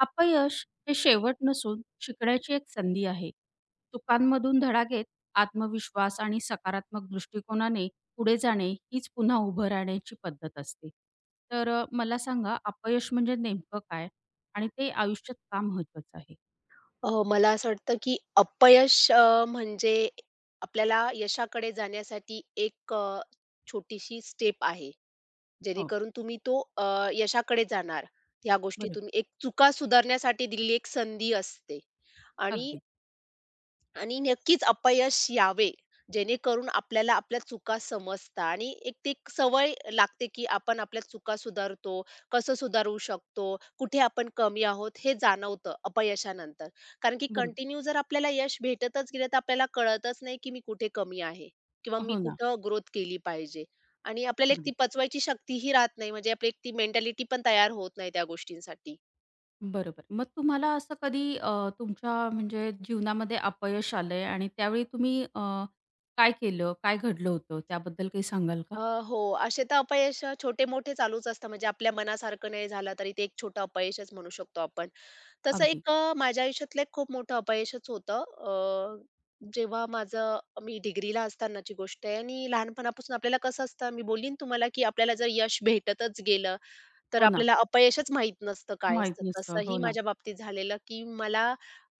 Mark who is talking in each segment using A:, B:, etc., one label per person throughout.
A: अपयश हे शेवट नसून शिकण्याची एक संधी आहे. चुकांमधून धडा घेत आत्मविश्वास आणि सकारात्मक दृष्टिकोनाने पुढे जाणे हीच पुन्हा उभं राहण्याची पद्धत असते. तर मला सांगा अपयश म्हणजे नेमकं काय? आणि ते आयुष्यात का महत्वाचं आहे?
B: मला असं वाटतं, की अपयश म्हणजे आपल्याला यशाकडे जाण्यासाठी एक छोटीशी स्टेप आहे.
A: हो,
B: जेणेकरून तुम्ही तो यशाकडे जाणार. या
A: बरोबर.
B: गोष्टीतून एक चुका सुधारण्यासाठी दिलेली एक संधी असते आणि
A: अगदी.
B: आणि नक्कीच अपयश यावे, जेणेकरून आपल्याला आपल्या चुका समजतात आणि एक ती एक सवय लागते, की आपण आपल्या चुका सुधारतो, कसं सुधारू शकतो, कुठे आपण कमी आहोत हे जाणवतं अपयशानंतर. कारण की
A: बरोबर.
B: कंटिन्यू जर आपल्याला यश भेटतच गेलं, तर आपल्याला कळतच नाही, की मी कुठे कमी आहे किंवा मी
A: हो ना.
B: कुठं ग्रोथ केली पाहिजे. आणि आपल्याला एक ती
A: अगदी.
B: पचवायची शक्तीही राहत नाही, म्हणजे आपली एक ती मेंटॅलिटी पण तयार होत नाही त्या गोष्टींसाठी.
A: बरोबर. मग तुम्हाला असं कधी तुमच्या म्हणजे जीवनामध्ये अपयश आलंय आणि त्यावेळी तुम्ही काय केलं? काय घडलं होतं? त्याबद्दल काही सांगाल का?
B: अ, हो, असे तर अपयश छोटे-मोठे चालूच असतात. म्हणजे आपल्या मनासारखं नाही झालं तरी ते एक छोटं अपयशच म्हणू शकतो आपण. तसं
A: अगदी.
B: एक माझ्या आयुष्यातलं एक खूप मोठं अपयशच होतं. अ, जेव्हा माझं मी डिग्रीला असतानाची गोष्ट आहे आणि लहानपणापासून आपल्याला कसं असतं, मी बोलीन तुम्हाला, की आपल्याला जर यश भेटतच गेलं, तर
A: हो ना.
B: आपल्याला अपयशच माहीत नसतं काय
A: माहीत
B: असतं.
A: नसतं. हो
B: तसंही
A: ना.
B: माझ्या बाबतीत झालेलं, की मला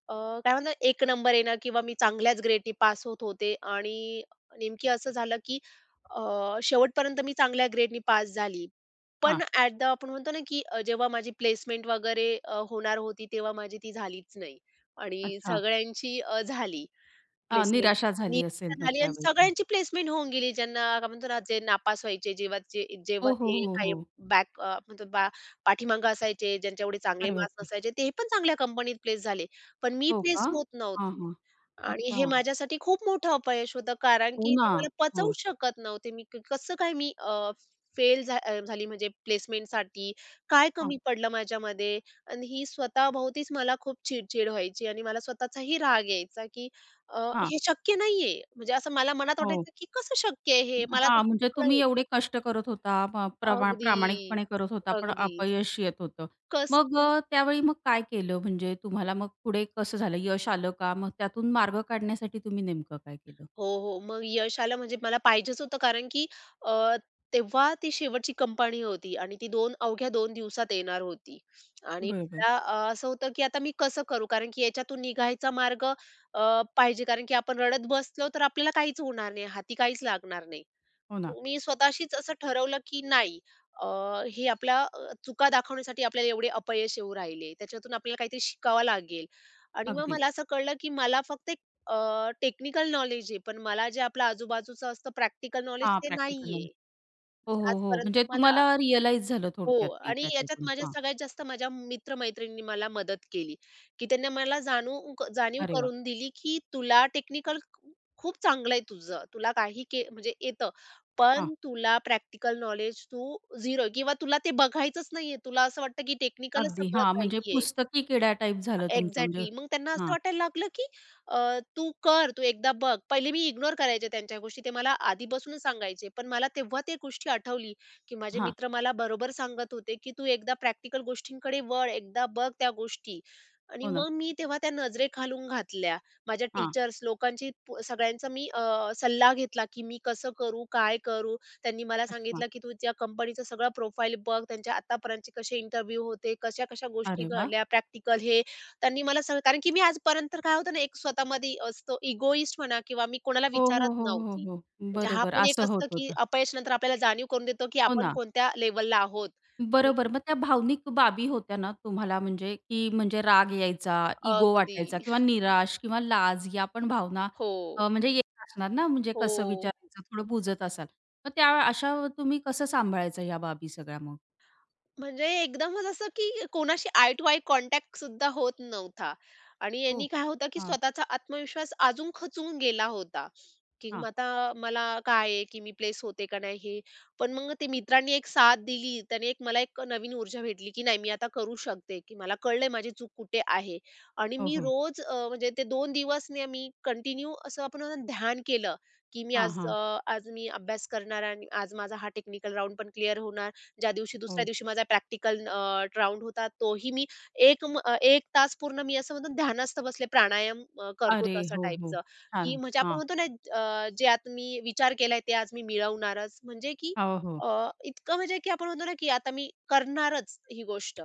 B: अ, काय म्हणतात एक नंबर येणं किंवा मी चांगल्याच ग्रेडनी पास होत होते आणि नेमकी असं झालं की शेवटपर्यंत मी चांगल्या ग्रेडनी पास झाली. पण
A: हां.
B: ॲट द आपण म्हणतो ना की जेव्हा माझी प्लेसमेंट वगैरे होणार होती, तेव्हा माझी ती झालीच नाही आणि
A: अच्छा.
B: सगळ्यांची झाली.
A: हां,
B: प्लेसमेंट
A: निराशा झाली
B: नियुक्त्या
A: असेल मग
B: झाली आणि
A: त्यावेळी तुम्हाला.
B: सगळ्यांची प्लेसमेंट होऊन गेली. ज्यांना काय म्हणतो ना, जे नापास व्हायचे, जेव्हा
A: हो, हो,
B: ते
A: हो,
B: काही
A: हो.
B: बॅक अ, म्हणतो बा पाठीमागे असायचे, ज्यांचे एवढे चांगले
A: अरे
B: मार्क्स
A: बापरे!
B: नसायचे, ते पण चांगल्या कंपनीत प्लेस झाले. पण मी
A: हो
B: प्लेस
A: का?
B: होत
A: हां,
B: नव्हती.
A: हां.
B: आणि हे
A: अच्छा.
B: माझ्यासाठी खूप मोठं अपयश होतं, कारण
A: हो
B: की ते
A: ना.
B: मला पचवू
A: हो.
B: शकत नव्हते. मी क कसं काय मी झाली म्हणजे प्लेसमेंटसाठी, काय
A: हां,
B: कमी पडलं माझ्यामध्ये? आणि ही स्वतःभोवतीच मला खूप चिड-चिड व्हायची आणि मला स्वतःचाही राग यायचा, की अ,
A: हां.
B: हे शक्य नाहीये. म्हणजे असं मला मनात
A: हो.
B: वाटायचं, की कसं शक्य आहे हे? मला तर
A: हां, म्हणजे
B: सगळं
A: तुम्ही
B: येतं.
A: एवढे कष्ट करत होता, प प्रमा
B: अगदी,
A: प्रामाणिकपणे करत होता, पण अपयश येत होतं.
B: कस
A: मग त्यावेळी मग काय केलं? म्हणजे तुम्हाला मग पुढे कसं झालं? यश आलं का? मग त्यातून मार्ग काढण्यासाठी तुम्ही नेमकं काय केलं?
B: हो, हो. मग यश आलं म्हणजे मला पाहिजेच होतं कारण की अ, तेव्हा ती शेवटची कंपनी होती आणि ती 2 अवघ्या 2 दिवसात येणार होती आणि
A: बरोबर.
B: मला असं होतं की आता मी कसं करू? कारण की याच्यातून निघायचा मार्ग पाहिजे कारण की आपण रडत बसलो तर आपल्याला काहीच होणार नाही, हाती काहीच लागणार नाही.
A: हो ना.
B: मी स्वतःशीच असं ठरवलं की नाही अ, हे आपल्या चुका दाखवण्यासाठी आपल्याला एवढे अपयश येऊ राहिले. त्याच्यातून आपल्याला काहीतरी शिकावं लागेल आणि मग
A: अगदीच.
B: मला असं कळलं की मला फक्त एक टेक्निकल नॉलेज आहे, पण मला जे आपलं आजूबाजूचं असतं प्रॅक्टिकल नॉलेज
A: हां,
B: ते
A: प्रॅक्टिकल
B: नाहीये.
A: नॉलेज. हो,
B: म्हणजे
A: हो, हो. म्हणजे
B: आजपर्यंत मला
A: तुम्हाला रिअलाईज झालं
B: हो
A: थोडक्यात ते
B: आणि याच्यात
A: त्याच्यातून.
B: माझ्या
A: हां.
B: सगळ्यात जास्त माझ्या मित्र-मैत्रिणींनी मला मदत केली, की त्यांनी मला जाणीव
A: अरे वाह!
B: करून दिली, की तुला टेक्निकल खूप चांगलं आहे तुझं. तुला काही के म्हणजे येतं.
A: हां.
B: पण तुला प्रॅक्टिकल नॉलेज तू 0 आहे किंवा तुला ते बघायचंच नाहीये. तुला असं वाटतं, की टेक्निकलच
A: अगदी
B: सगळं
A: हां,
B: काही
A: म्हणजे
B: आहे.
A: पुस्तकी किडा टाइप झालं तुमचं म्हणजे
B: एक्झॅक्टली. मग त्यांना असं
A: हां,
B: वाटायला लागलं, की अ, तू कर, तू एकदा बघ. पहिले मी इग्नोर करायचे त्यांच्या गोष्टी. ते मला आधीपासूनच सांगायचे. पण मला तेव्हा ते गोष्टी आठवली, की माझे
A: हां.
B: मित्र मला बरोबर सांगत होते, की "तू एकदा प्रॅक्टिकल गोष्टींकडे वळ, एकदा बघ त्या गोष्टी." आणि
A: हो ना.
B: मग मी तेव्हा त्या नजरेखालून घातल्या. माझ्या
A: हां.
B: टीचर्स लोकांची प सगळ्यांचा मी सल्ला घेतला, की मी कसं करू, काय करू. त्यांनी मला
A: अच्छा.
B: सांगितलं, की "तू त्या कंपनीचं सगळं प्रोफाईल बघ, त्यांच्या आतापर्यंतचे कसे इंटरव्ह्यू होते, कशा-कशा गोष्टी
A: अरे वाह!
B: घडल्या, प्रॅक्टिकल हे त्यांनी मला सगळं." कारण की मी आजपर्यंत काय होतं ना, एक स्वतःमध्ये असतो इगोइस्ट म्हणा किंवा मी कोणाला
A: हो, हो,
B: विचारत
A: हो, हो,
B: नव्हती.
A: हो.
B: म्हणजे हा
A: बरोबर
B: पण एक
A: असं होत
B: असतं, की
A: होतं.
B: अपयश नंतर आपल्याला जाणीव करून देतो, की
A: हो
B: आपण
A: ना.
B: कोणत्या लेवलला आहोत आणि
A: बरोबर. मग त्या भावनिक बाबी होत्या ना तुम्हाला म्हणजे की म्हणजे राग यायचा, इगो
B: अगदी.
A: वाटायचा किंवा निराश किंवा लाज या पण भावना
B: हो.
A: म्हणजे येत असणार ना, म्हणजे कसं
B: हो.
A: विचारायचं थोडं बुजत असाल. मग त्या अशा तुम्ही कसं सांभाळायचं या बाबी सगळ्या मग?
B: म्हणजे एकदमच असं की कोणाशी आय टू आय कॉन्टॅक्ट सुद्धा होत नव्हता आणि
A: हो.
B: यांनी काय होतं की
A: हां,
B: स्वतःचा आत्मविश्वास अजून खचून गेला होता. की मग
A: हां.
B: आता मला काय आहे की मी प्लेस होते का नाही हे. पण मग ते मित्रांनी एक साथ दिली, त्याने एक मला एक नवीन ऊर्जा भेटली की नाही मी आता करू शकते, की मला कळलंय माझी चूक कुठे आहे आणि
A: हो,
B: मी
A: हो.
B: रोज म्हणजे ते 2 दिवस ना मी कंटिन्यू असं आपण म्हणतो ना ध्यान केलं, की मी
A: हां,
B: आज
A: हां.
B: आज मी अभ्यास करणार आणि आज माझा हा टेक्निकल राउंड पण क्लिअर होणार. ज्या दिवशी दुसऱ्या
A: हो.
B: दिवशी माझा प्रॅक्टिकल होता तोही मी 1 तास पूर्ण मी असं म्हणतो ध्यानस्थ बसले प्राणायाम करतो
A: अरे!
B: तशा
A: हो, हो.
B: टाईपचं, की
A: छान.
B: म्हणजे आपण
A: हां.
B: म्हणतो ना जे आता मी विचार केलाय ते आज मी मिळवणारच. म्हणजे की
A: हो, हो.
B: इतकं म्हणजे की आपण म्हणतो ना की आता मी करणारच ही गोष्ट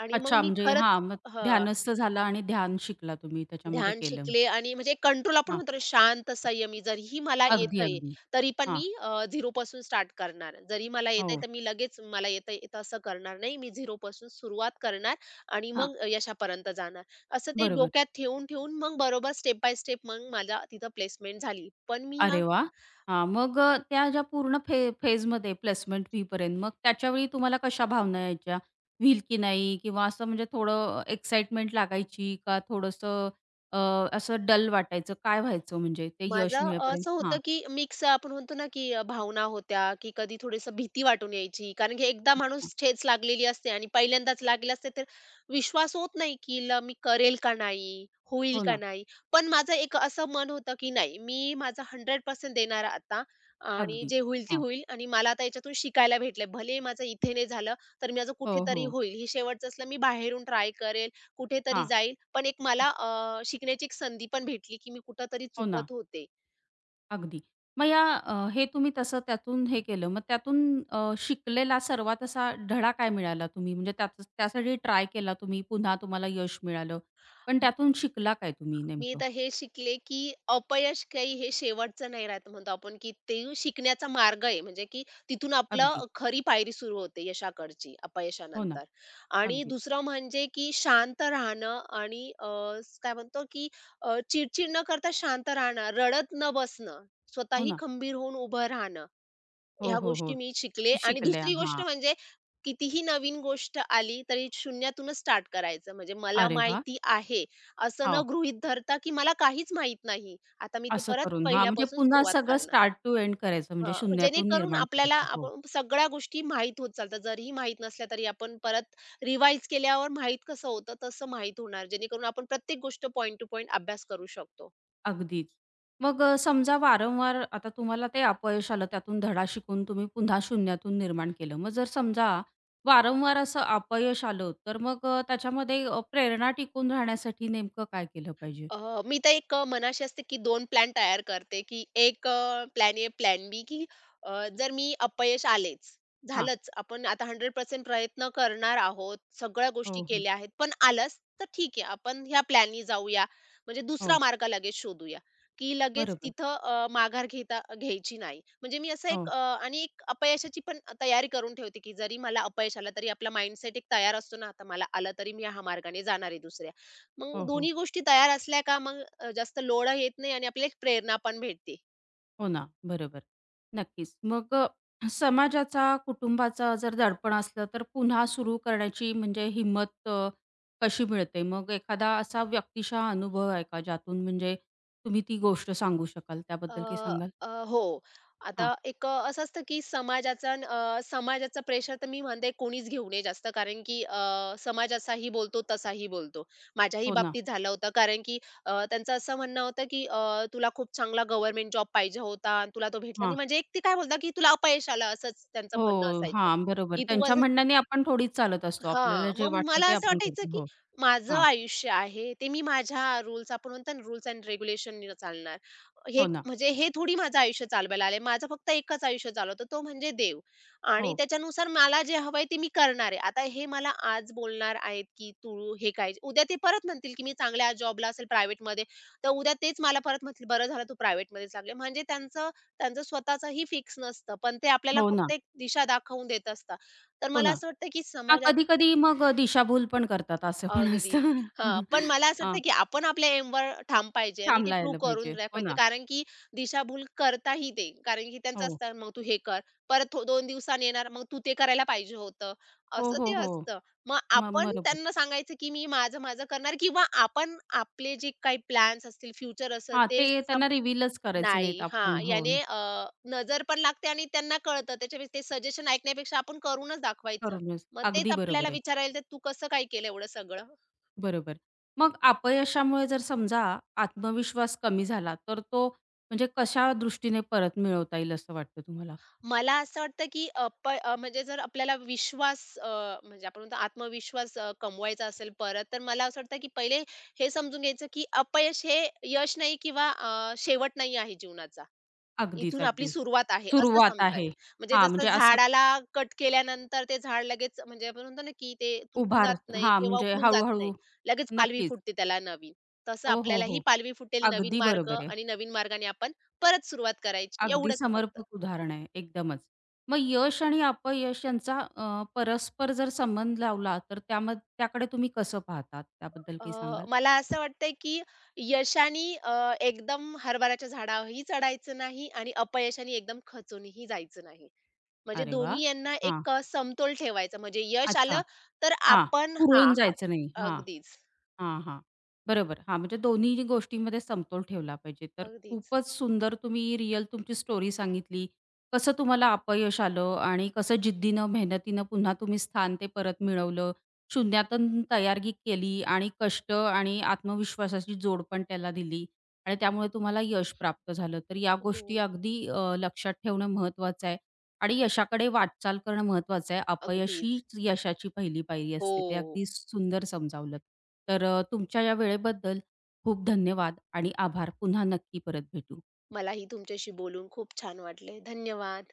B: आणि मग
A: अच्छा
B: मी
A: म्हणजे
B: खरंच
A: हां, मग
B: हां.
A: ध्यानस्थ झाला आणि ध्यान शिकला तुम्ही त्याच्यामध्ये
B: ध्यान
A: केलं.
B: शिकले आणि म्हणजे कंट्रोल आपण
A: हां.
B: म्हणतो ना, शांत, संयमी. जरीही मला
A: अगदी,
B: येतंय,
A: अगदी.
B: तरी पण
A: हां.
B: मी पासून स्टार्ट करणार. जरी मला येतंय,
A: हो.
B: तर मी लगेच मला येतंय तसं करणार नाही. मी 0 पासून सुरुवात करणार आणि
A: हां.
B: मग यशापर्यंत जाणार. असं ते
A: बरोबर.
B: डोक्यात ठेवून मग बरोबर स्टेप बाय स्टेप मग माझा तिथं प्लेसमेंट झाली. पण मी या
A: अरे वाह! हां, मग त्या ज्या पूर्ण फेजमध्ये प्लेसमेंट व्हीपर्यंत मग त्याच्यावेळी तुम्हाला कशा भावना यायच्या? व्हील की नाही किंवा असं म्हणजे थोडं एक्साइटमेंट लागायची का थोडंसं अ, असं डल वाटायचं? काय व्हायचं म्हणजे ते यश
B: माझं
A: मिळेपर्यंत?
B: असं
A: हां.
B: होतं, की मिक्स आपण म्हणतो ना, की भावना होत्या, की कधी थोडीसं भीती वाटून यायची. कारण की एकदा माणूस ठेच लागलेली असते आणि पहिल्यांदाच लागली असते, तर विश्वास होत नाही, की मी करेल का नाही? होईल
A: हो
B: का
A: ना,
B: नाही? पण माझं एक असं मन होतं, की नाही मी माझा 100% देणार आता आणि
A: अगदी.
B: जे होईल ते
A: हां.
B: होईल आणि मला आता याच्यातून शिकायला भेटलंय. भले माझं इथे नाही झालं, तर माझं
A: हो,
B: कुठेतरी
A: हो.
B: होईल. ही शेवटचं असलं मी बाहेरून ट्राय करेल. कुठेतरी
A: हां.
B: जाईल. पण एक मला शिकण्याची एक संधी पण भेटली, की मी कुठेतरी
A: हो ना,
B: चुकत होते.
A: अगदी. मग या हे तुम्ही तसं त्यातून हे केलं. मग त्यातून शिकलेला सर्वात असा धडा काय मिळाला तुम्ही? म्हणजे त्याच त्यासाठी ट्राय केला तुम्ही, पुन्हा तुम्हाला यश मिळालं. पण त्यातून शिकला काय तुम्ही
B: मी
A: नेमकं?
B: तर हे शिकले, की अपयश काही हे शेवटचं नाही राहत म्हणतो आपण, की ते शिकण्याचा मार्ग आहे. म्हणजे की तिथून
A: अगदी.
B: आपलं खरी पायरी सुरू होते यशाकडची
A: हो ना,
B: अपयशानंतर. आणि
A: अगदी.
B: दुसरं म्हणजे, की शांत राहणं आणि काय म्हणतो, की चिडचिड न करता शांत राहणं, रडत न बसणं,
A: हो
B: स्वतःही
A: ना.
B: खंबीर होऊन उभं राहणं.
A: हो,
B: ह्या
A: हो, हो.
B: गोष्टी मी शिकले आणि
A: शिकल्या.
B: दुसरी गोष्ट
A: हां.
B: म्हणजे कितीही नवीन गोष्ट आली तरी शून्यातूनच स्टार्ट करायचं. म्हणजे मला
A: अरे वाह!
B: माहिती आहे, असं न
A: हो,
B: गृहीत धरता, की मला काहीच माहित नाही. आता मी ते
A: असं
B: परत
A: करून. हां, म्हणजे
B: पहिल्यापासून
A: पुन्हा
B: सुरुवात
A: सगळं
B: करणार.
A: स्टार्ट टू एंड करायचं म्हणजे
B: हां,
A: शून्यातून
B: जेणेकरून
A: निर्माण
B: आपल्याला
A: करायचं. हो.
B: आपण सगळ्या गोष्टी माहीत होत चालतात. जरीही माहीत नसल्या तरी आपण परत रिवाईज केल्यावर माहीत कसं होतं, तसं माहीत होणार. जेणेकरून आपण प्रत्येक गोष्ट पॉइंट टू पॉइंट अभ्यास करू शकतो.
A: अगदीच. मग समजा वारंवार आता तुम्हाला ते अपयश आलं, त्यातून धडा शिकून तुम्ही पुन्हा शून्यातून निर्माण केलं. मग जर समजा वारंवार असं अपयश आलं, तर मग त्याच्यामध्ये प्रेरणा टिकून राहण्यासाठी नेमकं काय केलं पाहिजे?
B: मी तर एक मनाशी असते, की दोन प्लॅन तयार करते, की एक प्लॅन ए, प्लॅन बी, की अ, जर मी अपयश आलेच,
A: हां.
B: झालंच. आपण आता 100% प्रयत्न करणार आहोत, सगळ्या गोष्टी
A: हो, हो.
B: केल्या आहेत, पण आलंच तर ठीक आहे. आपण ह्या प्लॅननी जाऊया. म्हणजे दुसरा
A: हो.
B: मार्ग लगेच शोधूया, की लगेच
A: बरोबर.
B: तिथं माघार घ्यायची नाही. म्हणजे मी असं एक
A: हो.
B: अ, आणि एक अपयशाची पण तयारी करून ठेवते, की जरी मला अपयश आलं, तरी आपला माइंडसेट एक तयार असतो ना, आता मला आलं तरी मी ह्या मार्गाने जाणार आहे दुसऱ्या. मग
A: हो, हो.
B: दोन्ही गोष्टी तयार असल्या का मग जास्त लोड येत नाही आणि आपल्याला एक प्रेरणा पण भेटते.
A: हो ना, बरोबर. नक्कीच. मग समाजाचा, कुटुंबाचा जर दडपण असलं, तर पुन्हा सुरू करण्याची म्हणजे हिंमत कशी मिळते? मग एखादा असा व्यक्तिशः अनुभव आहे का, ज्यातून म्हणजे तुम्ही ती गोष्ट सांगू शकाल?
B: अ,
A: त्याबद्दल काही सांगाल?
B: अ, हो. आता
A: हां,
B: एक असं असतं की समाजाचं प्रेशर तर मी म्हणते कोणीच घेऊ नये जास्त कारण की समाज असाही बोलतो, तसाही बोलतो. माझ्याही
A: हो ना.
B: बाबतीत झालं होतं कारण की त्यांचं असं म्हणणं होतं की तुला खूप चांगला गव्हर्नमेंट जॉब पाहिजे होता आणि तुला तो भेटला नाही.
A: हां.
B: म्हणजे एक ते काय बोलतात की तुला अपयश आलं असंच त्यांचं म्हणणं
A: हो,
B: असायचं.
A: हां, बरोबर.
B: की तू
A: त्यांच्या म्हणण्याने आपण थोडीच चालत असतो. आपल्याला
B: हा,
A: जे
B: मग
A: वाटतं
B: मला
A: ते
B: असं
A: आपण
B: वाटायचं,
A: करतो.
B: की
A: हो,
B: माझं
A: हां,
B: आयुष्य आहे, ते मी माझ्या रूल्स आपण म्हणतो ना रूल्स एंड रेग्युलेशननी चालणार. हे
A: हो ना.
B: म्हणजे हे थोडी माझं आयुष्य चालवायला आलंय. माझं फक्त एकच आयुष्य चालवतो तो म्हणजे देव आणि
A: हो,
B: त्याच्यानुसार मला जे हवंय ते मी करणार आहे. आता हे मला आज बोलणार आहेत, की तू हे काय उद्या ते परत म्हणतील, की मी चांगल्या जॉबला असेल प्रायव्हेटमध्ये, तर उद्या तेच मला परत म्हणतील, "बरं झालं तू प्रायव्हेटमध्येच लागले." म्हणजे त्यांचं त्यांचं स्वतःचंही फिक्स नसतं, पण ते आपल्याला
A: हो ना,
B: फक्त एक दिशा दाखवून देत असतात. तर
A: हो
B: मला
A: ना.
B: असं वाटतं, की
A: हां,
B: समाजात
A: कधी-कधी मग दिशाभूल पण करतात, असं पण
B: अगदीच.
A: असतं.
B: हां, पण मला असं
A: हां.
B: वाटतं, की आपण आपल्या एमवर ठाम पाहिजे आणि ते प्रूव्ह
A: सांभाळायला
B: करून
A: पाहिजे. हो
B: नाही
A: ना.
B: कारण की दिशाभूल करताही ते. कारण की त्यांचं
A: हो.
B: असतं, "मग तू हे कर." परत 2 दिवसांनी येणार, "मग तू ते करायला पाहिजे होतं."
A: हो,
B: असं ते
A: हो, हो.
B: असतं. मग
A: मग
B: आपण
A: बरोबर.
B: त्यांना सांगायचं, की "मी माझं-माझं करणार" किंवा आपण आपले जे काही प्लॅन्स असतील, फ्युचर असेल
A: हां,
B: ते
A: ते त्यांना रिव्हीलच करायचे नाहीत
B: नाही. हां,
A: आपण. हो,
B: याने नजर पण लागते आणि त्यांना कळतं. त्याच्यापेक्षा ते सजेशन ऐकण्यापेक्षा आपण करूनच दाखवायचं.
A: करूनच.
B: मग तेच
A: अगदी बरोबर
B: आपल्याला
A: आहे.
B: विचारायला येतात, "तू कसं काय केलं एवढं सगळं?"
A: बरोबर. मग अपयशामुळे जर समजा आत्मविश्वास कमी झाला, तर तो म्हणजे कशा दृष्टीने परत मिळवता येईल असं वाटतं तुम्हाला?
B: मला असं वाटतं, की म्हणजे जर आपल्याला विश्वास म्हणजे आपण म्हणतो आत्मविश्वास कमवायचा असेल परत, तर मला असं वाटतं, की पहिले हे समजून घ्यायचं, की अपयश हे यश नाही किंवा शेवट नाही आहे जीवनाचा.
A: अगदीच,
B: इथून आपली
A: अगदीच.
B: सुरुवात आहे असं
A: सुरुवात
B: समजाय.
A: आहे.
B: म्हणजे
A: हां,
B: जसं
A: म्हणजे असं
B: झाडाला कट केल्यानंतर ते झाड लगेच म्हणजे आपण म्हणतो ना, की ते तुटून
A: उभार
B: जात नाही
A: हां,
B: किंवा
A: म्हणजे
B: उखडून जात नाही.
A: हळू
B: लगेच पालवी
A: नक्कीच.
B: फुटते त्याला नवीन. तसं
A: हो, हो, हो.
B: आपल्यालाही पालवी फुटेल, नवीन
A: अगदी
B: मार्ग
A: बरोबर आहे.
B: आणि नवीन मार्गाने आपण परत सुरुवात करायची
A: अगदी
B: एवढंच फक्त.
A: समर्पक उदाहरण आहे एकदमच. मग यश आणि अपयश यांचा परस्पर जर संबंध लावला तर त्याकडे तुम्ही कसं पाहतात? त्याबद्दल
B: अ,
A: काही सांगाल?
B: मला असं वाटतंय, की यशाने एकदम हरभऱ्याच्या झाडावरही चढायचं नाही आणि अपयशाने एकदम खचूनही जायचं नाही. म्हणजे
A: अरे
B: दोन्ही
A: वाह!
B: यांना
A: हां.
B: एक समतोल ठेवायचा. म्हणजे यश
A: अच्छा.
B: आलं तर
A: हां.
B: आपण हां,
A: हुरळून
B: हां.
A: जायचं नाही. हां.
B: अगदीच,
A: हां, हां. बरोबर. हां, म्हणजे दोन्ही गोष्टींमध्ये समतोल ठेवला पाहिजे. तर
B: अगदीच.
A: खूपच सुंदर तुम्ही रिअल तुमची स्टोरी सांगितली. कसं तुम्हाला अपयश आलं आणि कसं जिद्दीनं, मेहनतीनं पुन्हा तुम्ही स्थान ते परत मिळवलं. शून्यातून तयारी केली आणि कष्ट आणि आत्मविश्वासाची जोड पण त्याला दिली आणि त्यामुळे तुम्हाला यश प्राप्त झालं. तर या
B: हो,
A: गोष्टी अगदी लक्षात ठेवणं महत्त्वाचं आहे. आणि यशाकडे वाटचाल करणं महत्वाचं आहे. अपयश
B: अगदीच.
A: हीच यशाची पहिली पायरी असते. ते
B: हो.
A: अगदी सुंदर समजावलंत. तर तुमच्या या वेळेबद्दल खूप धन्यवाद आणि आभार. पुन्हा नक्की परत भेटू.
B: मलाही तुमच्याशी बोलून खूप छान वाटले. धन्यवाद.